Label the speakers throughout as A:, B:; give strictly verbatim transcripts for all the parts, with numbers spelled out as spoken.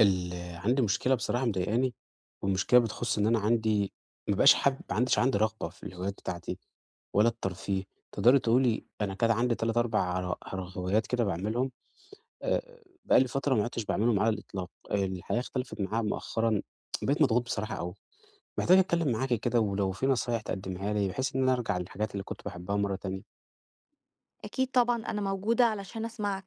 A: ال عندي مشكلة بصراحة مضايقاني، والمشكلة بتخُص إن أنا عندي ما بقاش حابب ما عنديش عندي رغبة في الهوايات بتاعتي ولا الترفيه. تقدري تقولي أنا كده عندي ثلاثة، أربع ر هوايات كده باعملهم. آآ، بقى لي فترة ما عدتش باعملهم على الإطلاق. آه، الحياة اختلفت معايا مؤخرًا، بقيت مضغوط بصراحة أوي، محتاج أتكلم معاكِ كده ولو في نصايح تقدميها لي بحيث إن أنا أرجع للحاجات اللي كنت باحبها مرة تانية.
B: أكيد طبعًا أنا موجودة علشان أسمعك،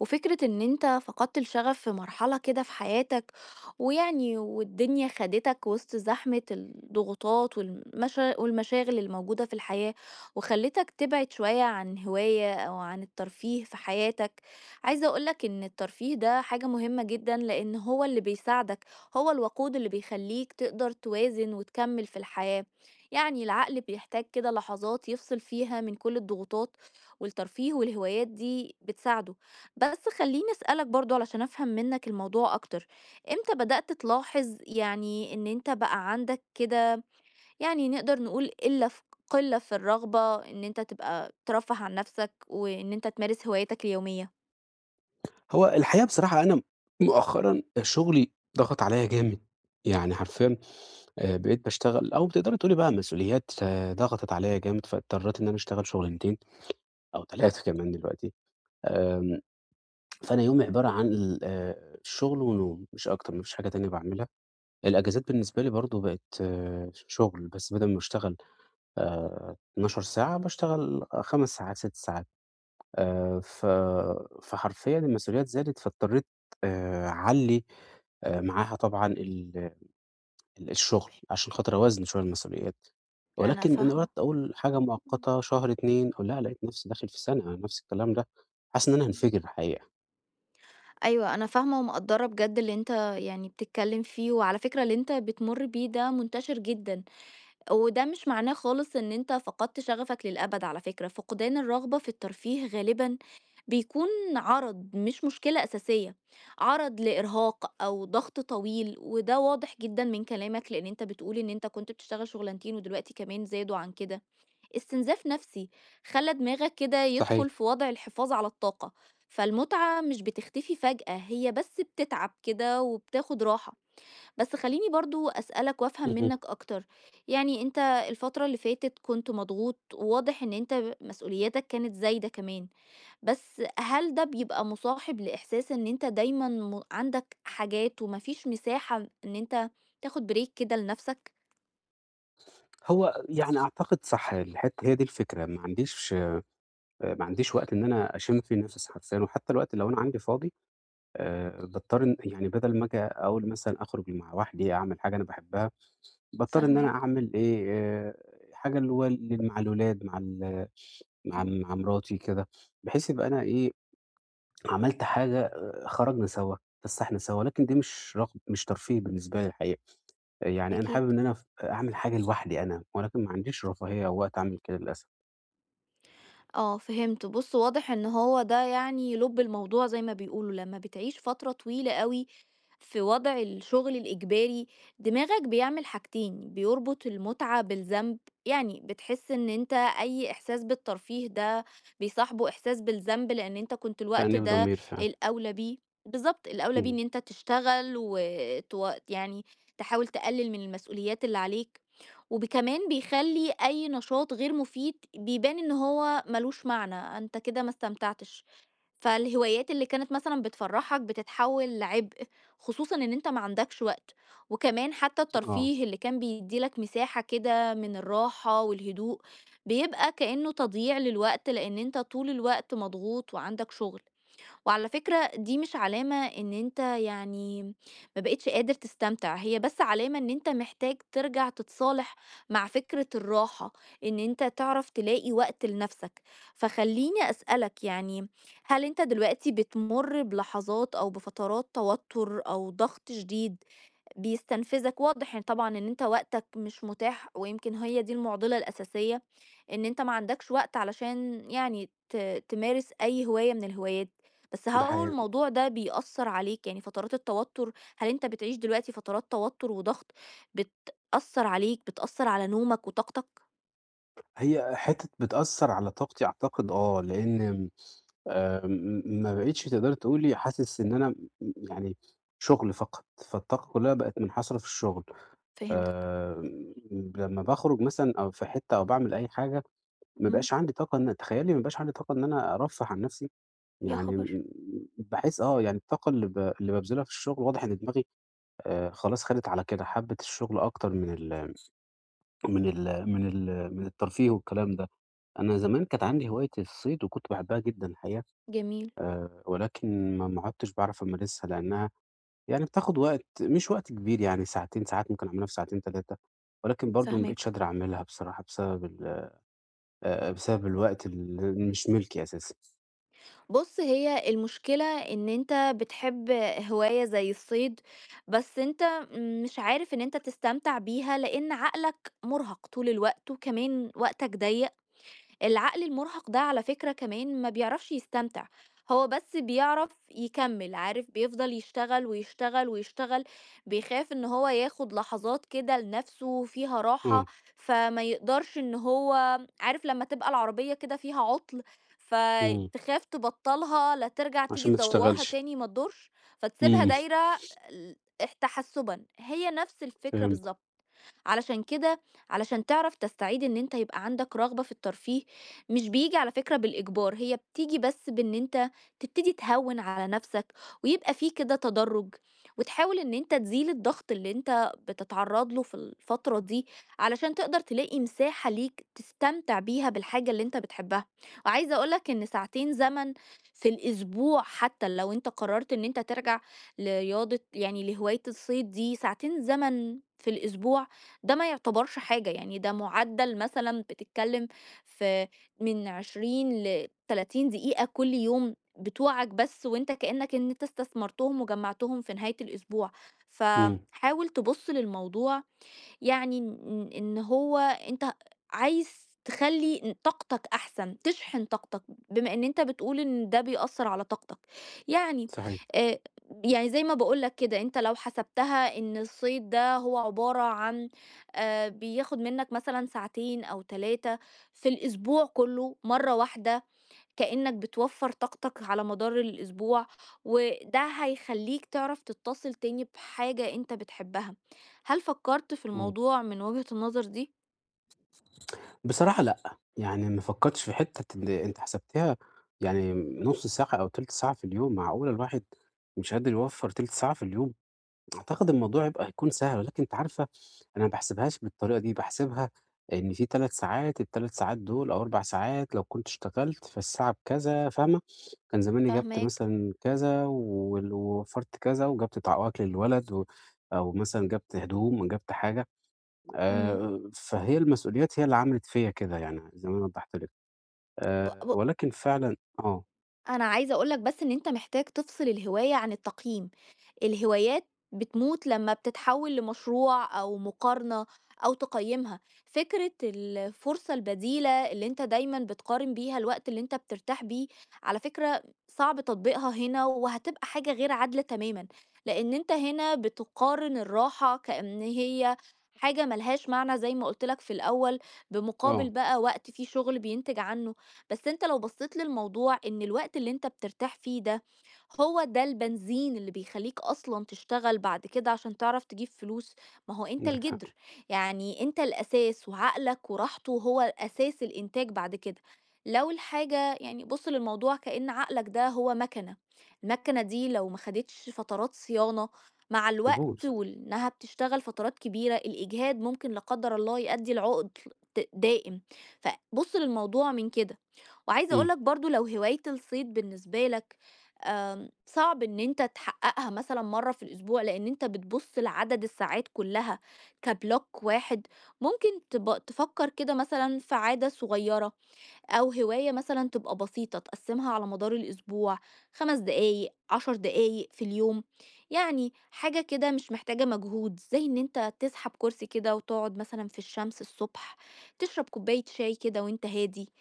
B: وفكرة إن أنت فقدت الشغف في مرحلة كده في حياتك، ويعني والدنيا خدتك وسط زحمة الضغوطات والمشا والمشاغل الموجودة في الحياة، وخلتك تبعد شوية عن هواية أو عن الترفيه في حياتك، عايزة أقول لك إن الترفيه ده حاجة مهمة جدًا لأن هو اللي بيساعدك، هو الوقود اللي بيخليك تقدر توازن وتكمل في الحياة، يعني العقل بيحتاج كده لحظات يفصل فيها من كل الضغوطات والترفيه والهوايات دي بتساعده. بس خليني أسألك برضو علشان أفهم منك الموضوع أكتر، إمتى بدأت تلاحظ يعني إن أنت بقى عندك كده يعني نقدر نقول إلا في قلة في الرغبة إن أنت تبقى ترفه عن نفسك وإن أنت تمارس هواياتك اليومية؟
A: هو الحقيقة بصراحة أنا مؤخرًا شغلي ضغط عليّا جامد، يعني حرفيًا آآ بقيت باشتغل أو تقدري تقولي بقى مسؤوليات. آه، ضغطت عليّا جامد، فاضطريت إن أنا أشتغل شغلانتين أو تلاتة كمان دلوقتي. آمم فأنا يومي عبارة عن ال آآ شغل ونوم مش أكتر، ما فيش حاجة تانية باعملها. الأجازات بالنسبة لي برضه بقت آه، شغل، بس بدل ما باشتغل آآ اتناشر ساعة باشتغل خمس ساعات، ست ساعات. آآ ف فحرفيًا المسؤوليات زادت، فاضطريت آآ أعلّي آآ معاها طبعًا ال ال الشغل عشان خاطر أوازن شوية المسؤوليات،
B: أنا
A: ولكن أنا
B: فاهمة.
A: قعدت أقول حاجة
B: مم.
A: مؤقتة شهر، اثنين لأ، لقيت نفسي داخل في سَنة نفس الكلام ده، حاسس إن أنا
B: مم.
A: هانفجر الحقيقة.
B: ايوه انا فاهمه ومقدره بجد اللي انت يعني بتتكلم فيه، وعلى فكره اللي انت بتمر بيه ده منتشر جدا، وده مش معناه خالص إن أنت فقدت شغفك للأبد على فكرة، فقدان الرغبة في الترفيه غالبًا بيكون عرض مش مشكلة أساسية، عرض لإرهاق أو ضغط طويل، وده واضح جدًا من كلامك لأن أنت بتقول إن أنت كنت بتشتغل شغلانتين ودلوقتي كمان زادوا عن كده، استنزاف نفسي خلّى دماغك كده
A: صحيح.
B: يدخل في وضع الحفاظ على الطاقة، فالمتعة مش بتختفي فجأة، هي بس بتتعب كده وبتاخد راحة. بس خلّيني برضه أسألك وأفهم
A: اهم.
B: منّك أكتر، يعني أنت الفترة اللي فاتت كنت مضغوط، وواضح إن أنت ب مسؤولياتك كانت زايدة كمان، بس هل ده بيبقى مُصاحب لإحساس إن أنت دايمًا م عندك حاجات وما فيش مساحة إن أنت تاخد break كده لنَفْسك؟
A: هو يعني أعتقد صح الحتّة هي دي الفكرة، ما عنديش ما عنديش وقت إن أنا أشم فيه نَفَس حرفيًا، وحتى الوقت اللي لو أنا عندي فاضي آآ باضطر إن يعني بدل ما آجي أقول مثلًا أخرج مع واحدي، أعمل حاجة أنا باحبها. باضطر إن أنا
B: فاهماك.
A: أعمل إيه، آآ حاجة اللي هو لل مع الولاد، مع ال مع
B: إمم.
A: مع مراتي كده، بحيث يبقى أنا إيه، عملت حاجة. آآ خرجنا سوا، اتفسحنا سوا، لكن دي مش رغب مش ترفيه بالنسبة لي الحقيقة. آه، يعني أنا
B: أكيد،
A: حابب إن أنا ف أعمل حاجة لوحدي أنا، ولكن ما عنديش رفاهية أو وقت أعمل كده للأسف.
B: آه فهمت، بُص واضح إن هو ده يعني لُب الموضوع زي ما بيقولوا، لمّا بتعيش فترة طويلة أوي في وضع الشغل الإجباري دماغك بيعمل حاجتين، بيربط المتعة بالذنب، يعني بتحس ان انت اي احساس بالترفيه ده بيصاحبه احساس بالذنب لان انت كنت الوقت
A: تأنيب
B: ده
A: ضمير فعلًا.
B: الاولى بيه. بالظبط الاولى بيه ان
A: اهم.
B: انت تشتغل وتو... يعني تحاول تقلل من المسؤوليات اللي عليك، وكمان بيخلي اي نشاط غير مفيد بيبان ان هو ملوش معنى، انت كده ما استمتعتش، فالهوايات اللي كانت مثلًا بتفرّحك بتتحوّل لعبء، خصوصًا إن أنت ما عندكش وقت، وكمان حتى
A: آه،
B: الترفيه اللي كان بيدّي لك مساحة كده من الراحة والهدوء، بيبقى كإنه تضييع للوقت لإن أنت طول الوقت مضغوط وعندك شغل. وعلى فكرة دي مش علامة إن أنت يعني ما بقيتش قادر تستمتع، هي بس علامة إن أنت محتاج ترجع تتصالح مع فكرة الراحة، إن أنت تعرف تلاقي وقت لنفسك. فخليني أسألك يعني هل أنت دلوقتي بتمر بلحظات أو بفترات توتر أو ضغط شديد بيستنفذك؟ واضح إن طبعًا إن أنت وقتك مش متاح، ويمكن هي دي المعضلة الأساسية، إن أنت ما عندكش وقت علشان يعني ت تمارس أي هواية من الهوايات، بس
A: ده
B: هو
A: حقيقة.
B: الموضوع ده بيأثّر عليك، يعني فترات التوتر، هل أنت بتعيش دلوقتي فترات توتر وضغط بتأثّر عليك، بتأثّر على نومك وطاقتك؟
A: هي حتّة بتأثّر على طاقتي أعتقد، آه، لإن آآ م ما بقيتش تقدري تقولي حاسس إن أنا م يعني شُغل فقط، فالطاقة كلّها بقت منحصرة في الشُغل.
B: فهمتك.
A: آمم لمّا باخرج مثلًا أو في حتّة أو باعمل أي حاجة، ما
B: إمم.
A: بقاش عندي طاقة إن تخيّلي ما بقاش عندي طاقة إن أنا أرفّه عن نَفْسي،
B: يا
A: يعني
B: خبر!
A: م باحس. آه، يعني الطاقة اللي ب اللي بابذلها في الشُغل واضح إن دماغي آآ خلاص خَدِت على كده، حَبِّت الشُغل أكتر من ال من ال من ال من الترفيه والكلام ده. أنا زمان كانت عندي هواية الصيد وكنت باحبها جدًا الحقيقة.
B: جميل.
A: آآ ولكن ما ما عُدتش باعرف أمارسها لإنّها يعني بتاخُد وقت مش وقت كبير، يعني ساعتين، ساعات ممكن أعملها في ساعتين، ثلاثة، ولكن برضه ما بقيتش
B: فاهماك.
A: قادر أعملها بصراحة بسبب ال آآ بسبب الوقت اللي مش مِلكي أساسًا.
B: بُص، هي المشكلة إن أنت بتحب هواية زي الصيد، بس أنت مش عارف إن أنت تستمتع بيها لإن عقلك مُرهَق طول الوقت وكمان وقتك ضيّق. العقل المُرهق ده على فكرة كمان ما بيعرفش يستمتع، هو بس بيعرف يكمّل، عارف بيفضل يشتغل، ويشتغل، ويشتغل، بيخاف إن هو ياخد لحظات كده لنَفْسه فيها راحة،
A: آه.
B: فما يقدرش إن هو عارف لمّا تبقى العربية كده فيها عُطْل،
A: إمم.
B: فتخاف تبطّلها لا ترجع تيجي
A: عشان ما
B: تدوّرها
A: تشتغلش.
B: تاني ما تدورش، فتسيبها
A: إمم،
B: دايرة ال تحسُّبًا، هي نَفْس الفكرة
A: فهمت.
B: بالضبط. علشان كده علشان تعرف تستعيد إن أنت يبقى عندك رغبة في الترفيه، مش بيجي على فكرة بالإجبار، هي بتيجي بس بإن أنت تبتدي تهون على نفسك، ويبقى فيه كده تدرج، وتحاول إن أنت تزيل الضغط اللي أنت بتتعرض له في الفترة دي علشان تقدر تلاقي مساحة ليك تستمتع بيها بالحاجة اللي أنت بتحبها. وعايزة أقولك إن ساعتين زمن في الأسبوع حتى لو أنت قررت إن أنت ترجع لرياضة يعني لهواية الصيد دي، ساعتين زمن في الأسبوع ده ما يعتبرش حاجة، يعني ده معدل مثلًا بتتكلم في من عشرين ل30 دقيقة كل يوم بتوعك بس، وأنت كأنك إن أنت استثمرتهم وجمعتهم في نهاية الأسبوع،
A: إمم،
B: فحاول تبُص للموضوع يعني إن إن هو أنت عايز تخلّي طاقتك أحسن، تشحن طاقتك، بما إن أنت بتقول إن ده بيأثّر على طاقتك. يعني
A: صحيح.
B: آآ يعني زي ما باقول لك كده، أنت لو حسبتها إن الصيد ده هو عبارة عن آآ بياخد منّك مثلًا ساعتين أو تلاتة في الأسبوع كلّه مرّة واحدة، كأنك بتوفّر طاقتك على مدار الأسبوع، وده هيخلّيك تعرف تتّصل تاني بحاجة أنت بتحبها. هل فكّرت في
A: إمم.
B: الموضوع من وجهة النظر دي؟
A: بصراحة لأ، يعني ما فكّرتش في حتّة اللي أنت حسبتها، يعني نُص ساعة أو تِلت ساعة في اليوم، معقولة الواحد مش قادر يوفّر تِلت ساعة في اليوم؟ أعتقد الموضوع يبقى هيكون سهل، ولكن أنتِ عارفة أنا ما باحسبهاش بالطريقة دي، باحسبها إن في ثلاث ساعات، ال3 ساعات دول أو أربع ساعات لو كنت اشتغلت فالساعة بكذا، فاهمة؟ كان زماني جبت
B: فاهماك.
A: مثلًا كذا وال ووفّرت كذا وجبت طع أكل للولد و أو مثلًا جبت هدوم جبت حاجة.
B: إمم.
A: آآ فهي المسؤوليات هي اللي عملت فيّا كده، يعني زي ما أنا وضّحت لِك.
B: ب
A: آآ
B: ب
A: ولكن فعلًا. آه،
B: أنا عايزة أقول لك بس إن أنت محتاج تفصل الهواية عن التقييم، الهوايات بتموت لما بتتحول لمشروع أو مقارنة أو تقيمها، فكرة الفرصة البديلة اللي أنت دايمًا بتقارن بيها الوقت اللي أنت بترتاح بيه، على فكرة صعب تطبيقها هنا وهتبقى حاجة غير عادلة تمامًا، لأن أنت هنا بتقارن الراحة كأن هي حاجة ملهاش معنى زي ما قُلت لك في الأول، بمقابل
A: آه،
B: بقى وقت فيه شغل بينتج عنه. بس أنت لو بصيت للموضوع إن الوقت اللي أنت بترتاح فيه ده هو ده البنزين اللي بيخليك أصلا تشتغل بعد كده عشان تعرف تجيب فلوس، ما هو أنت
A: عندِك حق.
B: الجدر، يعني أنت الأساس وعقلك وراحته هو أساس الإنتاج بعد كده. لو الحاجة يعني بص للموضوع كأن عقلك ده هو مكنة، المكنة دي لو ما خدتش فترات صيانة مع الوقت
A: تبوظ.
B: وإنها بتشتغل فترات كبيرة الإجهاد ممكن لا قدر الله يؤدي لعقد دائم، فبص للموضوع من كده. وعايزة أقول
A: إمم.
B: لك برضو لو هواية الصيد بالنسبة لك آم، صعب إن أنت تحققها مثلا مرة في الأسبوع لأن أنت بتبص لعدد الساعات كلها كبلوك واحد، ممكن تب- تفكر كده مثلا في عادة صغيرة أو هواية مثلًا تبقى بسيطة تقسّمها على مدار الأسبوع، خمس دقايق، عشر دقايق في اليوم، يعني حاجة كده مش محتاجة مجهود، زي إن أنت تسحب كرسي كده وتقعد مثلًا في الشمس الصبح، تشرب كوباية شاي كده وأنت هادي،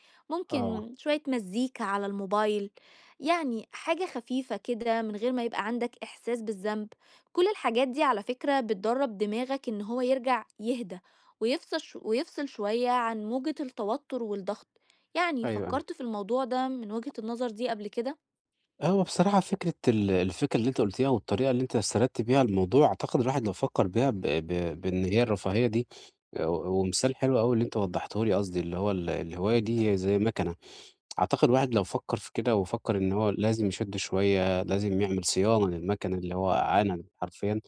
A: آه.
B: ممكن شوية مزيكا على الموبايل، يعني حاجة خفيفة كده من غير ما يبقى عندك إحساس بالذنب. كل الحاجات دي على فكرة بتدرّب دماغك إن هو يرجع يهدى، ويفصل ش ويفصل شوية عن موجة التوتر والضغط. يعني
A: أيوه، أيوه.
B: فكرت في الموضوع ده من وجهة النظر دي قبل كده؟
A: هو بصراحة فكرة ال الفكرة اللي أنتِ قُلتيها والطريقة اللي أنتِ استردتِ بيها الموضوع، أعتقد الواحد لو فكّر بيها ب ب بإن هي الرفاهية دي. آآ ومثال حلو أوي اللي أنت وضّحته لي قصدي اللي هو ال الهواية دي هي زي مَكَنة. أعتقد الواحد لو فكّر في كده وفكّر إن هو لازم يشِد شوية، لازم يعمل صيانة للمَكَنة اللي هو عانى حرفيًا،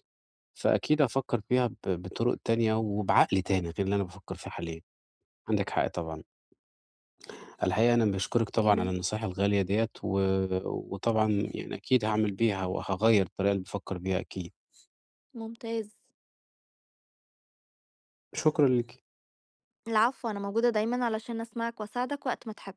A: فأكيد هافكّر فيها ب بطُرق تانية وبعقل تاني غير اللي أنا بافكّر فيه حاليًا، عندِك حق طبعًا. الحقيقة أنا باشكرِك طبعًا على
B: جميل،
A: النصايح الغالية ديّة، و وطبعًا يعني أكيد هاعمل بيها وهاغيّر الطريقة اللي بافكّر بيها أكيد.
B: ممتاز.
A: شكرًا ليكِ.
B: العفو، أنا موجودة دايمًا علشان أسمعك وأساعدك وقت ما تحب.